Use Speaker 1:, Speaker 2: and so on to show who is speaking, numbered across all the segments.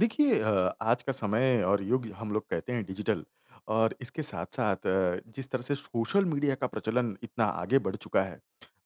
Speaker 1: देखिए आज का समय और युग हम लोग कहते हैं डिजिटल और इसके साथ-साथ जिस तरह से सोशल मीडिया का प्रचलन इतना आगे बढ़ चुका है,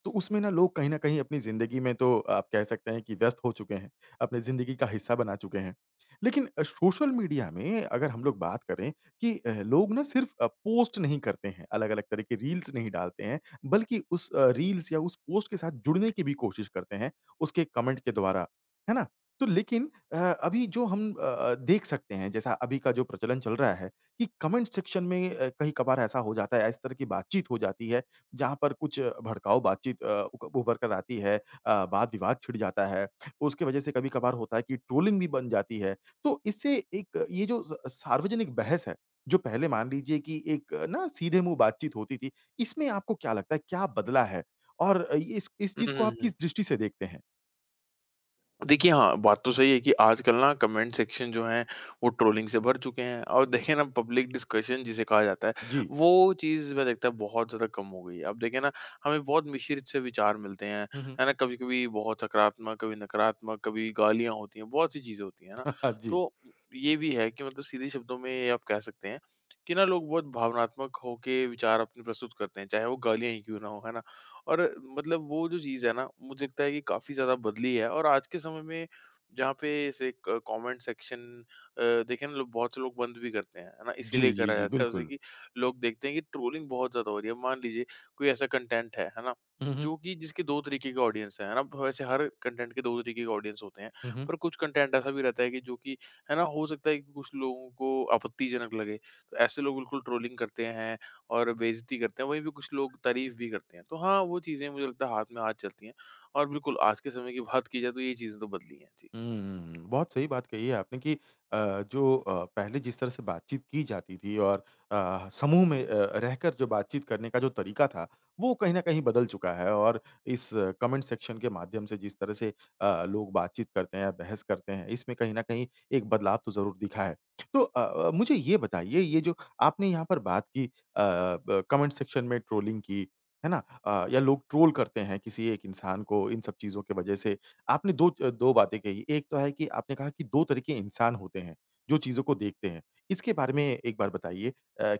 Speaker 1: तो उसमें ना लोग कहीं न कहीं अपनी ज़िंदगी में तो आप कह सकते हैं कि व्यस्त हो चुके हैं, अपनी ज़िंदगी का हिस्सा बना चुके हैं। लेकिन सोशल मीडिया में अगर हम लोग बात करें कि लोग ना सिर्फ़ पोस्ट नहीं करते हैं, अलग-अलग तरह के रील्स नहीं डालते हैं, बल्कि उस रील्स या उस पोस्ट के साथ जुड़ने की भी कोशिश करते हैं, उसके कमेंट के द्वारा, है ना? तो लेकिन अभी जो हम देख सकते हैं, जैसा अभी का जो प्रचलन चल रहा है कि कमेंट सेक्शन में कहीं-कभार ऐसा हो जाता है, इस तरह की बातचीत हो जाती है, जहाँ पर कुछ भड़काऊ बातचीत अ, उक उभर कर आती है। वाद-विवाद छिड़ जाता है, उसकी वजह से कभी-कभार होता है कि ट्रोलिंग भी बन जाती है। तो इससे एक ये जो स सार्वजनिक बहस है, जो पहले मान लीजिए कि एक ना सीधे मुँह बातचीत होती थी, इसमें आपको क्या लगता है, क्या बदला है? और ये- इस
Speaker 2: हुँ,
Speaker 1: चीज़ को
Speaker 2: हुँ,
Speaker 1: आप
Speaker 2: हुँ।
Speaker 1: किस दृष्टि से देखते हैं?
Speaker 2: देखिए, हाँ, बात तो सही है कि आजकल ना कमेंट सेक्शन जो हैं, वो ट्रोलिंग से भर चुके हैं। और देखिए ना, पब्लिक डिस्कशन जिसे कहा जाता है,
Speaker 1: जी।
Speaker 2: वो चीज़ मैं देखता है बहुत ज़्यादा कम हो गई है। अब देखिए ना, हमें बहुत मिश्रित से विचार मिलते हैं, है ना? कभी-कभी बहुत सकारात्मक, कभी नकारात्मक, कभी गालियाँ होती हैं, बहुत सी चीज़ें होती हैं, है ना?
Speaker 1: हुँ, हुँ। जी।
Speaker 2: तो ये भी है कि मतलब सीधे शब्दों में ये आप कह सकते हैं कि ना, लोग बहुत भावनात्मक होके विचार अपने प्रस्तुत करते हैं, चाहे वो गालियाँ ही क्यों ना हो, है ना? और मतलब वो जो चीज़ है ना, मुझे लगता है कि काफ़ी ज़्यादा बदली है। और आज के समय में जहाँ पे ऐसे क कमेंट सेक्शन अ, देखें ना, लोग, बहुत से लोग बंद भी करते हैं, है ना? इसीलिए
Speaker 1: जी, जी,
Speaker 2: करा
Speaker 1: जी,
Speaker 2: जाता है उसे
Speaker 1: बिल्कुल।
Speaker 2: कि लोग देखते हैं कि ट्रोलिंग बहुत ज़्यादा हो रही है। मान लीजिए कोई ऐसा कंटेंट है ना?
Speaker 1: हुँ, हुँ।
Speaker 2: जो कि जिसके 2 तरीके के ऑडियंस हैं, है ना? वैसे हर कंटेंट के 2 तरीके के ऑडियंस होते हैं,
Speaker 1: हुँ, हुँ।
Speaker 2: पर कुछ कंटेंट ऐसा भी रहता है कि जो कि, है ना, हो सकता है कि कुछ लोगों को आपत्तिजनक लगे। तो ऐसे लोग बिल्कुल ट्रोलिंग करते हैं और बेइज़्ज़ती करते हैं, वहीं पे कुछ लोग तारीफ़ भी करते हैं। तो हाँ, वो चीज़ें मुझे लगता है हाथ में हाथ चलती हैं। और बिल्कुल आज के समय की बात की जाए तो ये चीज़ें तो बदली हैं।
Speaker 1: हुँ, बहुत सही बात कही है आपने कि जो पहले जिस तरह से बातचीत की जाती थी और समूह में रहकर जो बातचीत करने का जो तरीका था, वो कहीं न कहीं बदल चुका है और इस कमेंट सेक्शन के माध्यम से जिस तरह से लोग बातचीत करते हैं, बहस करते हैं, इसमें कहीं न कहीं एक बदलाव तो ज़रूर दिखा है। तो मुझे ये बताइए, ये जो आपने यहाँ पर बात की अ, ब कमेंट सेक्शन में ट्रोलिंग की, है ना? या लोग ट्रोल करते हैं किसी एक इंसान को इन सब चीज़ों की वजह से आपने 2 2 बातें कही। एक तो है कि आपने कहा कि 2 तरह के इंसान होते हैं, जो चीज़ों को देखते हैं। इसके बारे में एक बार बताइए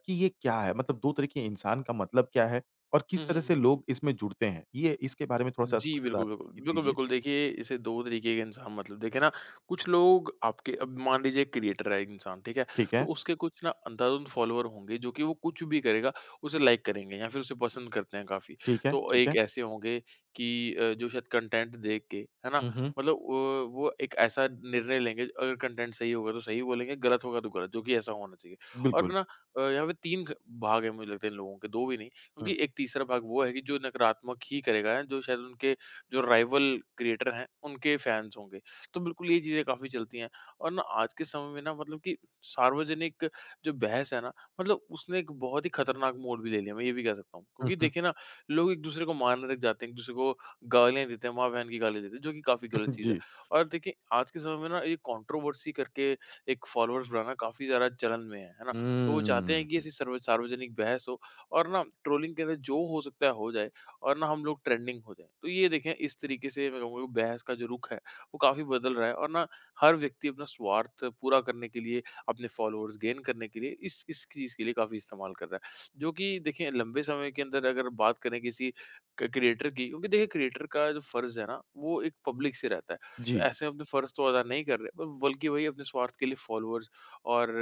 Speaker 1: कि ये क्या है? मतलब 2 तरह के इंसान का मतलब क्या है? और किस तरह से
Speaker 2: जी।
Speaker 1: लोग इसमें जुड़ते हैं? ये इसके बारे में थोड़ा-सा
Speaker 2: जी,
Speaker 1: स्पष्टता
Speaker 2: बिल्कुल, बिल्कुल।
Speaker 1: दी
Speaker 2: बिल्कुल,
Speaker 1: दीजिए।
Speaker 2: बिल्कुल, देखिए इसे 2 तरीके के इंसान मतलब, देखें ना, कुछ लोग आपके, अब मान लीजिए क्रिएटर है एक इंसान, ठीक है?
Speaker 1: ठीक
Speaker 2: तो
Speaker 1: है,
Speaker 2: उसके कुछ ना अंधाधुंध फॉलोवर होंगे जो कि वो कुछ भी करेगा, उसे लाइक करेंगे या फिर उसे पसंद करते हैं काफ़ी।
Speaker 1: ठीक है,
Speaker 2: तो
Speaker 1: ठीक
Speaker 2: एक
Speaker 1: है।
Speaker 2: ऐसे होंगे कि जो शायद कंटेंट देख के, है ना?
Speaker 1: हुँ, हुँ।
Speaker 2: मतलब वो एक ऐसा निर्णय लेंगे, अगर कंटेंट सही होगा तो सही बोलेंगे, गलत होगा तो गलत, जो कि ऐसा होना चाहिए। और
Speaker 1: बिल्कुल।
Speaker 2: ना, यहाँ पे 3 ग भाग हैं मुझे लगता है इन लोगों के, 2 भी नहीं। क्योंकि
Speaker 1: हुँ,
Speaker 2: एक तीसरा भाग वो है कि जो नकारात्मक ही करेगा, जो शायद उनके, जो राइवल क्रिएटर हैं, उनके फैन्स होंगे। तो बिल्कुल ये चीज़ें काफ़ी चलती हैं। और ना, आज के समय में ना, मतलब कि सार्वजनिक जो बहस है ना, मतलब उसने एक बहुत ही खतरनाक मोड़ भी ले लिया, मैं ये भी कह सकता हूँ।
Speaker 1: हुँ, हुँ,
Speaker 2: क्योंकि
Speaker 1: हुँ।
Speaker 2: देखिए ना, लोग एक-दूसरे को मारने तक जाते हैं, एक-दूसरे को गालियाँ देते हैं, माँ-बहन की गाली देते हैं, जो कि काफ़ी गलत चीज़ है।
Speaker 1: जी।
Speaker 2: और देखिए, आज के समय में ना, ये कंट्रोवर्सी करके एक फॉलोअर्स बढ़ाना काफ़ी ज़्यादा चलन में है ना? तो वो चाहते हैं
Speaker 1: हुँ।
Speaker 2: कि ऐसी सर्व सार्वजनिक बहस हो और ना, ट्रोलिंग के अंदर जो हो सकता है हो जाए और ना, हम लोग ट्रेंडिंग हो जाएँ। तो ये देखें, इस तरीके से मैं कहूँगा कि बहस का जो रुख है, वो काफ़ी बदल रहा है। और ना, हर व्यक्ति अपना स्वार्थ पूरा करने के लिए, अपने फॉलोअर्स गेन करने के लिए इस चीज़ के लिए काफ़ी इस्तेमाल कर रहा है। जो कि देखिए, लंबे समय के अंदर अगर बात करें किसी क क्रिएटर की, क्योंकि देखिए क्रिएटर का जो फ़र्ज़ है ना, वो एक पब्लिक से रहता है। तो
Speaker 1: जी।
Speaker 2: ऐसे में अपने फ़र्ज़ तो अदा नहीं कर रहे, ब बल्कि वही अपने स्वार्थ के लिए फॉलोअर्स और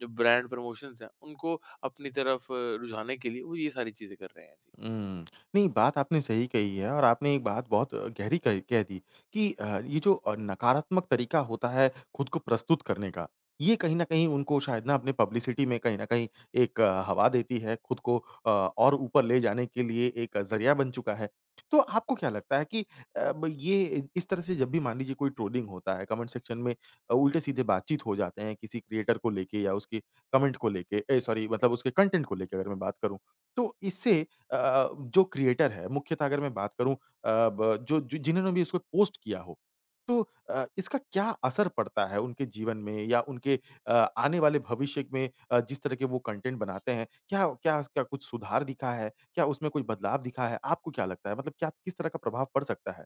Speaker 2: जो ब्रांड प्रमोशंस हैं, उनको अपनी तरफ रुझाने के लिए वो ये सारी चीज़ें कर रहे हैं। जी।
Speaker 1: हुँ। नहीं, बात आपने सही कही है और आपने एक बात बहुत गहरी कही कह दी कि ये जो नकारात्मक तरीका होता है खुद को प्रस्तुत करने का, ये कहीं न कहीं उनको शायद ना अपने पब्लिसिटी में कहीं न कहीं एक हवा देती है, खुद को और ऊपर ले जाने के लिए एक ज़रिया बन चुका है। तो आपको क्या लगता है कि अ, ब ये इस तरह से जब भी मान लीजिए कोई ट्रोलिंग होता है, कमेंट सेक्शन में उल्टे-सीधे बातचीत हो जाते हैं किसी क्रिएटर को लेके या उसके कमेंट को लेके ए सॉरी मतलब उसके कंटेंट को लेके अगर मैं बात करूँ, तो इससे अ अ, जो क्रिएटर है, मुख्यतः अगर मैं बात करूँ अ, ब जो जो जिन्होंने भी इसको पोस्ट किया हो, तो इसका क्या असर पड़ता है उनके जीवन में या उनके अ, आने वाले भविष्य में जिस तरह के वो कंटेंट बनाते हैं, क्या क्या क्या कुछ सुधार दिखा है? क्या उसमें कोई बदलाव दिखा है? आपको क्या लगता है? मतलब क्या किस तरह का प्रभाव पड़ सकता है?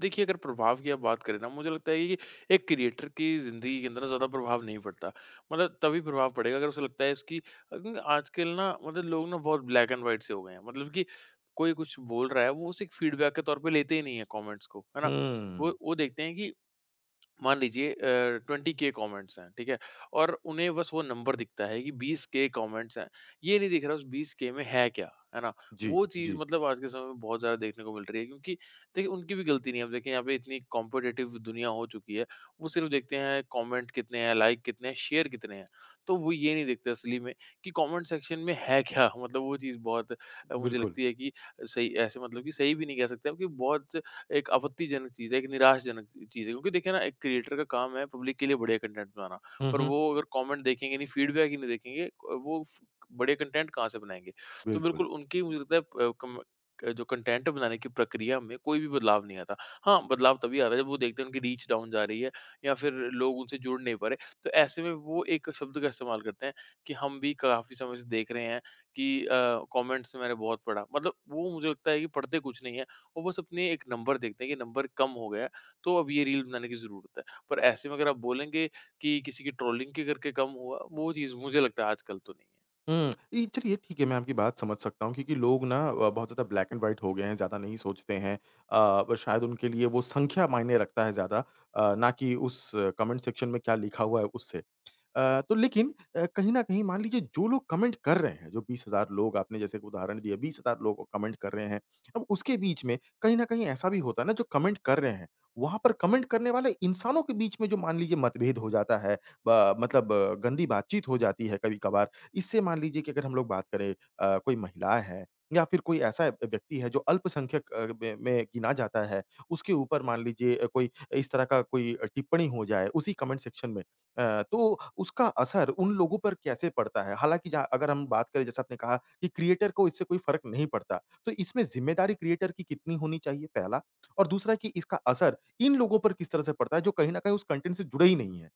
Speaker 2: देखिए, अगर प्रभाव की आप बात करें ना, मुझे लगता है कि एक क्रिएटर की ज़िंदगी के अंदर ना, ज़्यादा प्रभाव नहीं पड़ता। मतलब तभी प्रभाव पड़ेगा अगर उसे लगता है इसकी अ, आजकल ना, मतलब लोग ना बहुत ब्लैक एंड व्हाइट से हो गए हैं। मतलब कि कोई कुछ बोल रहा है, वो उसे एक फीडबैक के तौर पे लेते ही नहीं है कमेंट्स को, है ना?
Speaker 1: हुँ।
Speaker 2: वो देखते हैं कि, मान लीजिए 20 के कमेंट्स हैं, ठीक है, और उन्हें बस वो नंबर दिखता है कि 20 के कमेंट्स हैं, ये नहीं दिख रहा उस 20 के में है क्या, है ना।
Speaker 1: जी,
Speaker 2: वो चीज़
Speaker 1: जी।
Speaker 2: मतलब आज के समय में बहुत ज़्यादा देखने को मिल रही है, क्योंकि देखिए उनकी भी गलती नहीं है। अब देखें, यहाँ पे इतनी कॉम्पिटेटिव दुनिया हो चुकी है, वो सिर्फ देखते हैं कमेंट कितने हैं, लाइक कितने हैं, शेयर कितने हैं। तो वो ये नहीं देखते असली में कि कमेंट सेक्शन में है क्या। मतलब वो चीज़ बहुत, मुझे
Speaker 1: बिल्कुल।
Speaker 2: लगती है कि, सही ऐसे मतलब कि सही भी नहीं कह सकते आप कि, बहुत एक आपत्तिजनक चीज़ है, एक निराशजनक चीज़ है। क्योंकि देखिए ना, एक क्रिएटर का काम है पब्लिक के लिए बढ़िया कंटेंट बनाना।
Speaker 1: हुँ,
Speaker 2: पर
Speaker 1: हुँ।
Speaker 2: वो अगर कमेंट देखेंगे नहीं, फीडबैक ही नहीं देखेंगे, वो फ बढ़िया कंटेंट कहाँ से बनाएँगे? तो
Speaker 1: बिल्कुल।
Speaker 2: बिल्कुल उनकी, मुझे लगता है प कम क जो कंटेंट बनाने की प्रक्रिया में, कोई भी बदलाव नहीं आता। हाँ, बदलाव तभी आता है जब वो देखते हैं उनकी रीच डाउन जा रही है या फिर लोग उनसे जुड़ नहीं पा रहे। तो ऐसे में वो एक शब्द का इस्तेमाल करते हैं कि हम भी काफ़ी समय से देख रहे हैं कि कमेंट्स में मैंने बहुत पढ़ा। मतलब वो मुझे लगता है कि पढ़ते कुछ नहीं है, वो बस अपने एक नंबर देखते हैं कि नंबर कम हो गया है, तो अब ये रील बनाने की ज़रूरत है। पर ऐसे में अगर आप बोलेंगे कि किसी की ट्रोलिंग के करके कम हुआ, वो चीज़ मुझे लगता है आजकल तो नहीं है।
Speaker 1: हुँ। ये चलिए ठीक है, मैं आपकी बात समझ सकता हूँ क्योंकि लोग ना बहुत ज़्यादा ब्लैक एंड व्हाइट हो गए हैं, ज़्यादा नहीं सोचते हैं। अ, ब शायद उनके लिए वो संख्या मायने रखता है ज़्यादा, ना कि उस कमेंट सेक्शन में क्या लिखा हुआ है उससे। तो लेकिन कहीं न कहीं मान लीजिए जो लोग कमेंट कर रहे हैं, जो 20,000 लोग आपने जैसे एक उदाहरण दिया 20,000 लोग कमेंट कर रहे हैं। अब उसके बीच में कहीं न कहीं ऐसा भी होता है ना जो कमेंट कर रहे हैं, वहाँ पर कमेंट करने वाले इंसानों के बीच में जो मान लीजिए मतभेद हो जाता है ब मतलब गंदी बातचीत हो जाती है कभी-कभार। इससे मान लीजिए कि अगर हम लोग बात करें कोई महिला है या फिर कोई ऐसा व्यक्ति है जो अल्पसंख्यक में गिना जाता है, उसके ऊपर मान लीजिए कोई इस तरह का कोई टिप्पणी हो जाए उसी कमेंट सेक्शन में। तो उसका असर उन लोगों पर कैसे पड़ता है? हालाँकि जहाँ अगर हम बात करें जैसे आपने कहा कि क्रिएटर को इससे कोई फ़र्क नहीं पड़ता, तो इसमें ज़िम्मेदारी क्रिएटर की कितनी होनी चाहिए पहला? और दूसरा कि इसका असर इन लोगों पर किस तरह से पड़ता है जो कहीं न कहीं उस कंटेंट से जुड़े ही नहीं हैं?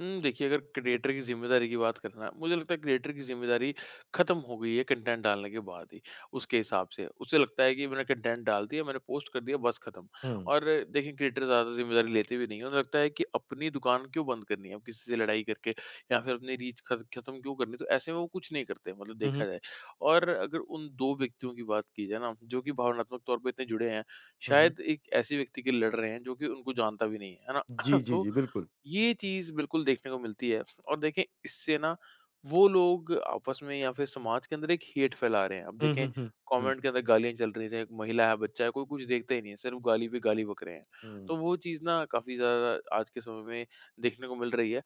Speaker 2: हुँ। देखिए, अगर क्रिएटर की ज़िम्मेदारी की बात करें ना, मुझे लगता है क्रिएटर की ज़िम्मेदारी ख़त्म हो गई है कंटेंट डालने के बाद ही, उसके हिसाब से। उसे लगता है कि मैंने कंटेंट डाल दिया, मैंने पोस्ट कर दिया, बस ख़त्म।
Speaker 1: हुँ।
Speaker 2: और देखिए, क्रिएटर ज़्यादा ज़िम्मेदारी लेते भी नहीं हैं, उन्हें लगता है कि अपनी दुकान क्यों बंद करनी है अब किसी से लड़ाई करके, या फिर अपनी रीच ख़त्म क्यों करनी है, तो ऐसे में वो कुछ नहीं करते मतलब,
Speaker 1: हुँ,
Speaker 2: देखा
Speaker 1: हुँ।
Speaker 2: जाए। और अगर उन 2 व्यक्तियों की बात की जाए ना, जो कि भावनात्मक तौर पे इतने जुड़े हैं,
Speaker 1: हुँ, हुँ।
Speaker 2: शायद एक ऐसे व्यक्ति के लिए लड़ रहे हैं जो कि उनको जानता भी नहीं है, है ना?
Speaker 1: जी, जी,
Speaker 2: तो
Speaker 1: जी, बिल्कुल।
Speaker 2: ये चीज़ बिल्कुल देखने को मिलती है। और देखें, इससे ना, वो लोग आपस में या फिर समाज के अंदर एक हेट फैला रहे हैं। अब
Speaker 1: हुँ,
Speaker 2: देखें,
Speaker 1: हुँ, हुँ।
Speaker 2: कमेंट के अंदर गालियाँ चल रही हैं, एक महिला है, बच्चा है, कोई कुछ देखता ही नहीं है, सिर्फ गाली पे गाली बक रहे हैं।
Speaker 1: हुँ,
Speaker 2: तो वो चीज़ ना काफ़ी ज़्यादा आज के समय में देखने को मिल रही है।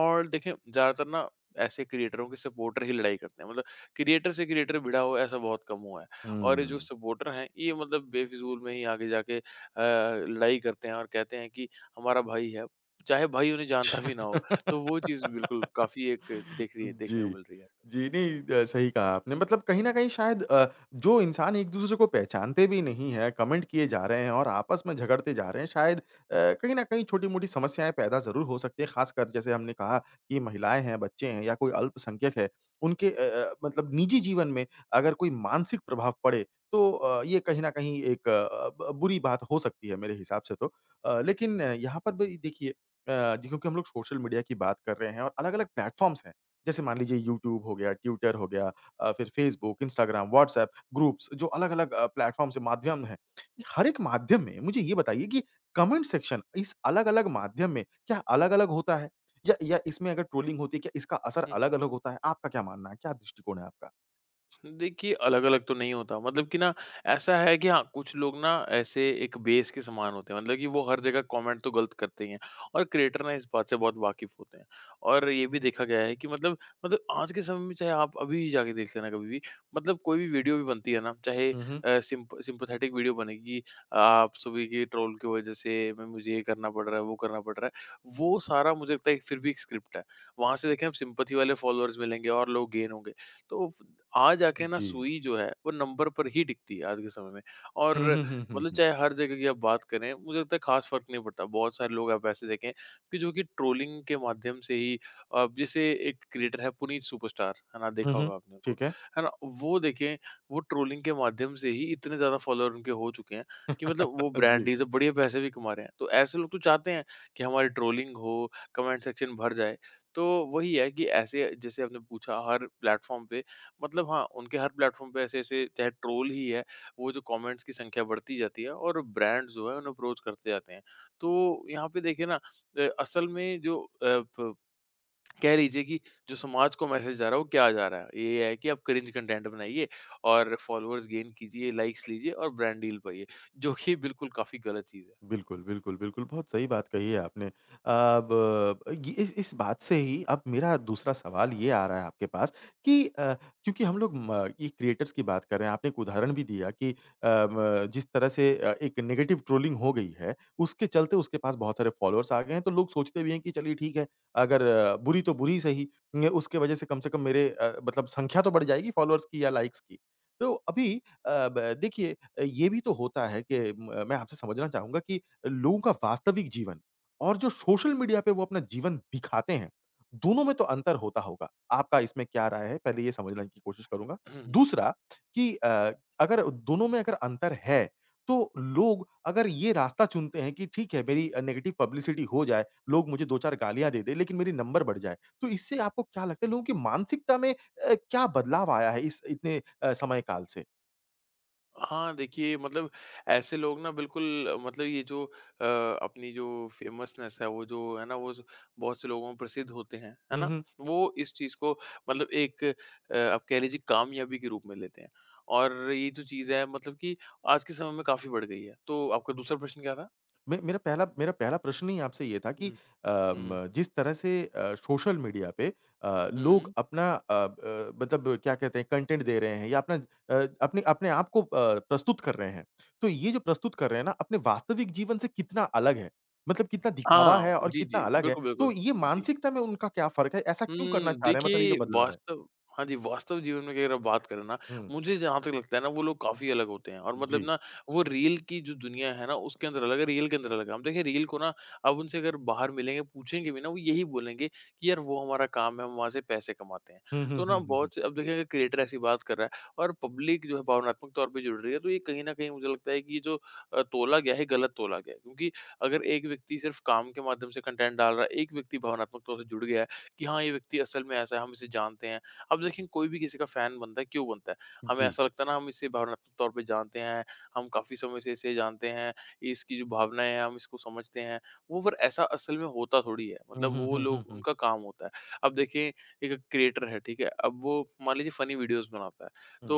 Speaker 2: और देखें, ज़्यादातर ना, ऐसे क्रिएटरों के सपोर्टर ही लड़ाई करते हैं। मतलब क्रिएटर से क्रिएटर भिड़ा हो ऐसा बहुत कम हुआ है।
Speaker 1: हुँ,
Speaker 2: और ये जो
Speaker 1: हुँ।
Speaker 2: सपोर्टर हैं, ये मतलब बेफिज़ूल में ही आगे जाके लड़ाई करते हैं और कहते हैं कि हमारा भाई है, चाहे भाई उन्हें जानता भी ना हो। तो वो चीज़ बिल्कुल काफ़ी एक देख रही है देखने को
Speaker 1: जी।
Speaker 2: मिल रही है।
Speaker 1: जी, नहीं सही कहा आपने। मतलब कहीं न कहीं शायद जो इंसान एक-दूसरे को पहचानते भी नहीं हैं, कमेंट किए जा रहे हैं और आपस में झगड़ते जा रहे हैं, शायद कहीं न कहीं छोटी-मोटी समस्याएँ पैदा ज़रूर हो सकती हैं। ख़ासकर जैसे हमने कहा कि महिलाएँ हैं, बच्चे हैं या कोई अल्पसंख्यक है, उनके मतलब निजी जीवन में अगर कोई मानसिक प्रभाव पड़े, तो ये कहीं न कहीं एक अ, ब बुरी बात हो सकती है मेरे हिसाब से तो। लेकिन यहाँ पर भी देखिए जी क्योंकि हम लोग सोशल मीडिया की बात कर रहे हैं और अलग-अलग प्लेटफ़ॉर्म्स हैं। जैसे मान लीजिए यूट्यूब हो गया, ट्विटर हो गया, फिर फेसबुक, इंस्टाग्राम, व्हाट्सऐप ग्रुप्स जो अलग-अलग प्लेटफ़ॉर्म से माध्यम हैं। हर एक माध्यम में मुझे ये बताइए कि कमेंट सेक्शन इस अलग-अलग माध्यम में क्या अलग-अलग होता है? या इसमें अगर ट्रोलिंग होती है क्या इसका असर
Speaker 2: हुँ, हुँ।
Speaker 1: अलग-अलग होता है? आपका क्या मानना है? क्या दृष्टिकोण है आपका?
Speaker 2: देखिए, अलग-अलग तो नहीं होता, मतलब कि ना, ऐसा है कि हाँ, कुछ लोग ना, ऐसे एक बेस के समान होते हैं, मतलब कि वो हर जगह कमेंट तो गलत करते ही हैं और क्रिएटर ना इस बात से बहुत वाकिफ़ होते हैं। और ये भी देखा गया है कि मतलब, आज के समय में चाहे आप अभी जाके देख लेना कभी भी, मतलब कोई भी वीडियो भी बनती है ना, चाहे
Speaker 1: हुँ, हुँ।
Speaker 2: सिम्पैथेटिक वीडियो बनेगी, आप सभी के ट्रोल की वज़ह से मैं मुझे ये करना पड़ रहा है, वो करना पड़ रहा है, वो सारा मुझे लगता है कि फिर भी एक स्क्रिप्ट है। वहाँ से देखें, आप सिम्पैथी वाले फ़ॉलोअर्स मिलेंगे और लोग गेन होंगे। तो आ जाके ना,
Speaker 1: जी।
Speaker 2: सुई जो है वो नंबर पर ही दिखती है आज के समय में। और
Speaker 1: हुँ, हुँ, हुँ, हुँ,
Speaker 2: मतलब,
Speaker 1: हुँ।
Speaker 2: चाहे हर जगह की आप बात करें, मुझे लगता है खास फर्क नहीं पड़ता। बहुत सारे लोग आप ऐसे देखें कि जो कि ट्रोलिंग के माध्यम से ही, अब जैसे एक क्रिएटर है पुनीत सुपरस्टार, है ना,
Speaker 1: हुँ,
Speaker 2: देखा
Speaker 1: हुँ।
Speaker 2: होगा आपने उनको,
Speaker 1: ठीक है।
Speaker 2: है ना? वो देखें, वो ट्रोलिंग के माध्यम से ही इतने ज़्यादा फॉलोअर उनके हो चुके हैं कि मतलब वो ब्रांड
Speaker 1: जी।
Speaker 2: डील से बढ़िया पैसे भी कमा रहे हैं। तो ऐसे लोग तो चाहते हैं कि हमारी ट्रोलिंग हो, कमेंट सेक्शन भर जाए। तो वही है कि ऐसे, जैसे आपने पूछा हर प्लेटफॉर्म पे, मतलब हाँ, उनके हर प्लेटफ़ॉर्म पे ऐसे-ऐसे चाहे ट्रोल ही है, वो जो कमेंट्स की संख्या बढ़ती जाती है और ब्रांड्स जो हैं उन्हें अप्रोच करते जाते हैं। तो यहाँ पे देखिए ना, असल में जो, प कह लीजिए कि जो समाज को मैसेज जा रहा है वो क्या जा रहा है? ये है कि आप क्रिंज कंटेंट बनाइए और फॉलोअर्स गेन कीजिए, लाइक्स लीजिए और ब्रांड डील पाइए, जो कि बिल्कुल काफ़ी गलत चीज़
Speaker 1: बिल्कुल, बिल्कुल, बिल्कुल। बहुत सही बात कही है आपने। अब ये इस बात से ही अब मेरा दूसरा सवाल ये आ रहा है आपके पास कि क्योंकि हम लोग म ये क्रिएटर्स की बात कर रहे हैं, आपने एक उदाहरण भी दिया कि अ, म जिस तरह से एक नेगेटिव ट्रोलिंग हो गई है, उसके चलते उसके पास बहुत सारे फ़ॉलोअर्स आ गए हैं, तो लोग सोचते भी हैं कि चलिए ठीक है, अगर बुरी तो बुरी सही, न उसके वजह से कम मेरे मतलब संख्या तो बढ़ जाएगी फ़ॉलोअर्स की या लाइक्स की। तो अभी अ, ब देखिए ये भी तो होता है कि म मैं आपसे समझना चाहूँगा कि लोगों का वास्तविक जीवन और जो सोशल मीडिया पे वो अपना जीवन दिखाते हैं, दोनों में तो अंतर होता होगा। आपका इसमें क्या राय है? पहले ये समझने की कोशिश करूँगा।
Speaker 2: है।
Speaker 1: दूसरा कि अगर दोनों में अगर अंतर है, तो लोग अगर ये रास्ता चुनते हैं कि ठीक है मेरी नेगेटिव पब्लिसिटी हो जाए, लोग मुझे 2-4 गालियाँ दे दें लेकिन मेरी नंबर बढ़ जाए। तो इससे आपको क्या लगता है लोगों की मानसिकता में क्या बदलाव आया है इस इतने समय काल से?
Speaker 2: हाँ, देखिए मतलब ऐसे लोग ना बिल्कुल मतलब ये जो अ, अपनी जो फेमसनेस है वो जो है ना वो जो बहुत से लोगों में प्रसिद्ध होते हैं, है ना? वो इस चीज़ को मतलब आप कह लीजिए कामयाबी के रूप में लेते हैं। और ये जो चीज़ है मतलब कि आज के समय में काफ़ी बढ़ गई है। तो आपका दूसरा प्रश्न क्या था?
Speaker 1: मे मेरा पहला प्रश्न ही आपसे ये था कि
Speaker 2: हुँ, हुँ,
Speaker 1: जिस तरह से सोशल मीडिया पे
Speaker 2: हुँ,
Speaker 1: लोग
Speaker 2: हुँ।
Speaker 1: अपना मतलब क्या कहते हैं कंटेंट दे रहे हैं या अपना अपने अपने आप को प्रस्तुत कर रहे हैं। तो ये जो प्रस्तुत कर रहे हैं ना अपने वास्तविक जीवन से कितना अलग है? मतलब कितना दिखावा
Speaker 2: हाँ,
Speaker 1: है और
Speaker 2: जी, जी।
Speaker 1: कितना अलग है?
Speaker 2: बिल्कुल,
Speaker 1: तो
Speaker 2: बिल्कुल।
Speaker 1: ये
Speaker 2: जी।
Speaker 1: मानसिकता में उनका क्या फ़र्क है? ऐसा क्यों करना
Speaker 2: हुँ,
Speaker 1: चाह रहे हैं? मतलब ये
Speaker 2: देखिए
Speaker 1: जो बदलाव है?
Speaker 2: वास्तव हाँ जी, वास्तव जीवन में की अगर आप बात करें ना,
Speaker 1: हुँ,
Speaker 2: मुझे जहाँ तक लगता है ना वो लोग काफ़ी अलग होते हैं और मतलब
Speaker 1: जी।
Speaker 2: ना वो रील की जो दुनिया है ना उसके अंदर अलग है, रियल के अंदर अलग है। हम देखिए रील को ना आप उनसे अगर बाहर मिलेंगे, पूछेंगे भी ना वो यही बोलेंगे कि यार वो हमारा काम है, हम वहाँ से पैसे कमाते हैं।
Speaker 1: हुँ, हुँ,
Speaker 2: तो ना
Speaker 1: हुँ, हुँ, हुँ।
Speaker 2: बहुत से अब देखिए अगर क्रिएटर ऐसी बात कर रहा है और पब्लिक जो है भावनात्मक तौर पे जुड़ रही है, तो ये कहीं न कहीं मुझे लगता है कि ये जो तोला गया है, गलत तोला गया है। क्योंकि अगर एक व्यक्ति सिर्फ़ काम के माध्यम से कंटेंट डाल रहा है, एक व्यक्ति भावनात्मक तौर से जुड़ गया है, कि हाँ, ये व्यक्ति असल में ऐसा है, हम इसे जानते हैं। अब देखिए कोई भी किसी का फ़ैन बनता है, क्यों बनता है? हमें
Speaker 1: जी।
Speaker 2: ऐसा लगता है ना हम इसे भावनात्मक तौर पे जानते हैं, हम काफ़ी समय से इसे जानते हैं, इसकी जो भावनाएँ हैं हम इसको समझते हैं। वो पर ऐसा असल में होता थोड़ी है,
Speaker 1: हुँ,
Speaker 2: मतलब
Speaker 1: हुँ,
Speaker 2: वो
Speaker 1: हुँ, हुँ,
Speaker 2: लोग
Speaker 1: हुँ।
Speaker 2: उनका काम होता है। अब देखिए एक क्रिएटर है, ठीक है? अब वो मान लीजिए फ़नी वीडियोज़ बनाता है, तो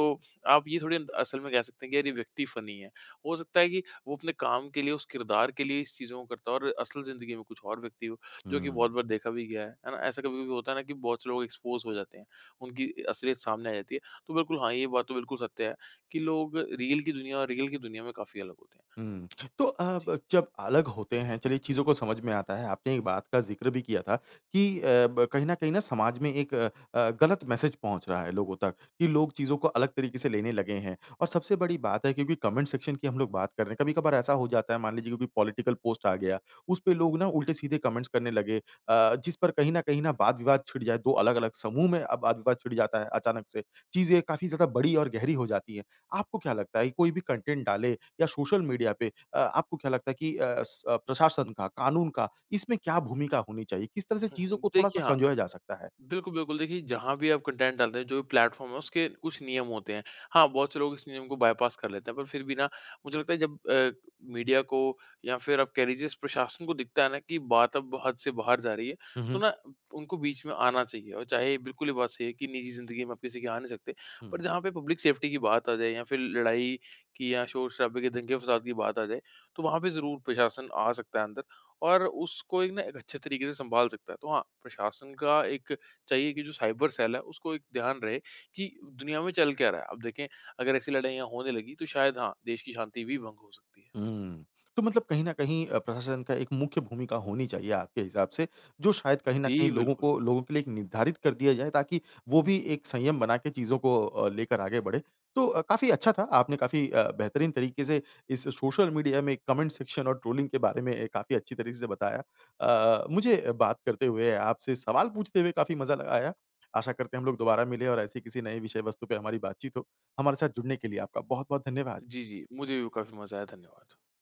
Speaker 2: आप ये थोड़ी असल में कह सकते हैं कि यार ये व्यक्ति फ़नी है। हो सकता है कि वो अपने काम के लिए, उस किरदार के लिए इस चीज़ों को करता है और असल ज़िंदगी में कुछ और व्यक्ति हो। जो कि
Speaker 1: हुँ।
Speaker 2: बहुत बार देखा भी गया है ना? ऐसा कभी-कभी होता है ना कि बहुत से लोग एक्सपोज़ हो जाते हैं, उनकी असलियत सामने आ जाती है। तो बिल्कुल हाँ, ये बात तो बिल्कुल सत्य है कि लोग रील की दुनिया और रियल की दुनिया में काफ़ी अलग होते हैं।
Speaker 1: हुँ। तो अब
Speaker 2: जी।
Speaker 1: जब अलग होते हैं, चलिए चीज़ों को समझ में आता है। आपने एक बात का ज़िक्र भी किया था कि अ, ब कहीं न कहीं ना समाज में एक गलत मैसेज पहुँच रहा है लोगों तक कि लोग चीज़ों को अलग तरीके से लेने लगे हैं। और सबसे बड़ी बात है क्योंकि कमेंट सेक्शन की हम लोग बात कर रहे हैं, कभी-कभार ऐसा हो जाता है मान लीजिए कोई पॉलिटिकल पोस्ट आ गया, उस पे लोग ना उल्टे-सीधे कमेंट्स करने लगे जिस पर कहीं न कहीं ना वाद-विवाद छिड़ जाए। 2 अलग-अलग समूह में अब वाद-विवाद छिड़ जाता है अचानक से। चीज़ें काफ़ी ज़्यादा बड़ी और गहरी हो जाती हैं। आपको क्या लगता है कोई भी कंटेंट डाले या सोशल मीडिया पे आपको क्या लगता है कि प्रशासन का, कानून का इसमें क्या भूमिका होनी चाहिए? किस तरह से
Speaker 2: हुँ,
Speaker 1: चीज़ों
Speaker 2: हुँ।
Speaker 1: को थोड़ा-सा
Speaker 2: देखिए, हाँ
Speaker 1: संजोया जा सकता है?
Speaker 2: बिल्कुल, बिल्कुल। देखिए, जहाँ भी आप कंटेंट डालते हैं, जो भी प्लेटफ़ॉर्म है, उसके कुछ नियम होते हैं। हाँ, बहुत से लोग इस नियम को बायपास कर लेते हैं, पर फिर भी ना, मुझे लगता है जब मीडिया को या फिर आप कह लीजिए इस प्रशासन को दिखता है ना कि बात अब हद से बाहर जा रही है,
Speaker 1: हुँ,
Speaker 2: तो
Speaker 1: हुँ।
Speaker 2: ना उनको बीच में आना चाहिए और चाहे बिल्कुल ये बात सही है कि निजी ज़िंदगी में आप किसी की आ नहीं सकते, पर
Speaker 1: हुँ।
Speaker 2: जहाँ पे पब्लिक सेफ्टी की बात आ जाए या फिर लड़ाई की या शोर-शराबे के, दंगे-फ़साद की बात आ जाए, तो वहाँ पे ज़रूर प्रशासन आ सकता है अंदर और उसको एक ना एक अच्छे तरीके से सँभाल सकता है। तो हाँ, प्रशासन का एक चाहिए कि जो साइबर सेल है उसको एक ध्यान रहे कि दुनिया में चल क्या रहा है। अब देखें अगर ऐसी लड़ाइयाँ होने लगी तो शायद हाँ, देश की शांति भी भंग हो सकती है।
Speaker 1: हुँ। तो मतलब कहीं न कहीं प्रशासन का एक मुख्य भूमिका होनी चाहिए आपके हिसाब से, जो शायद कहीं न
Speaker 2: जी,
Speaker 1: कहीं लोगों
Speaker 2: बिल्कुल।
Speaker 1: को लोगों के लिए एक निर्धारित कर दिया जाए ताकि वो भी एक संयम बना के चीज़ों को लेकर आगे बढ़े। तो काफ़ी अच्छा था, आपने काफ़ी बेहतरीन तरीके से इस सोशल मीडिया में कमेंट सेक्शन और ट्रोलिंग के बारे में काफ़ी अच्छी तरीके से बताया। मुझे बात करते हुए, आपसे सवाल पूछते हुए काफ़ी मज़ा लग आया। आशा करते हैं हम लोग दोबारा मिलें और ऐसे किसी नए विषय वस्तु पे हमारी बातचीत हो। हमारे साथ जुड़ने के लिए आपका बहुत-बहुत धन्यवाद।
Speaker 2: जी, जी। मुझे भी काफ़ी मज़ा आया। धन्यवाद।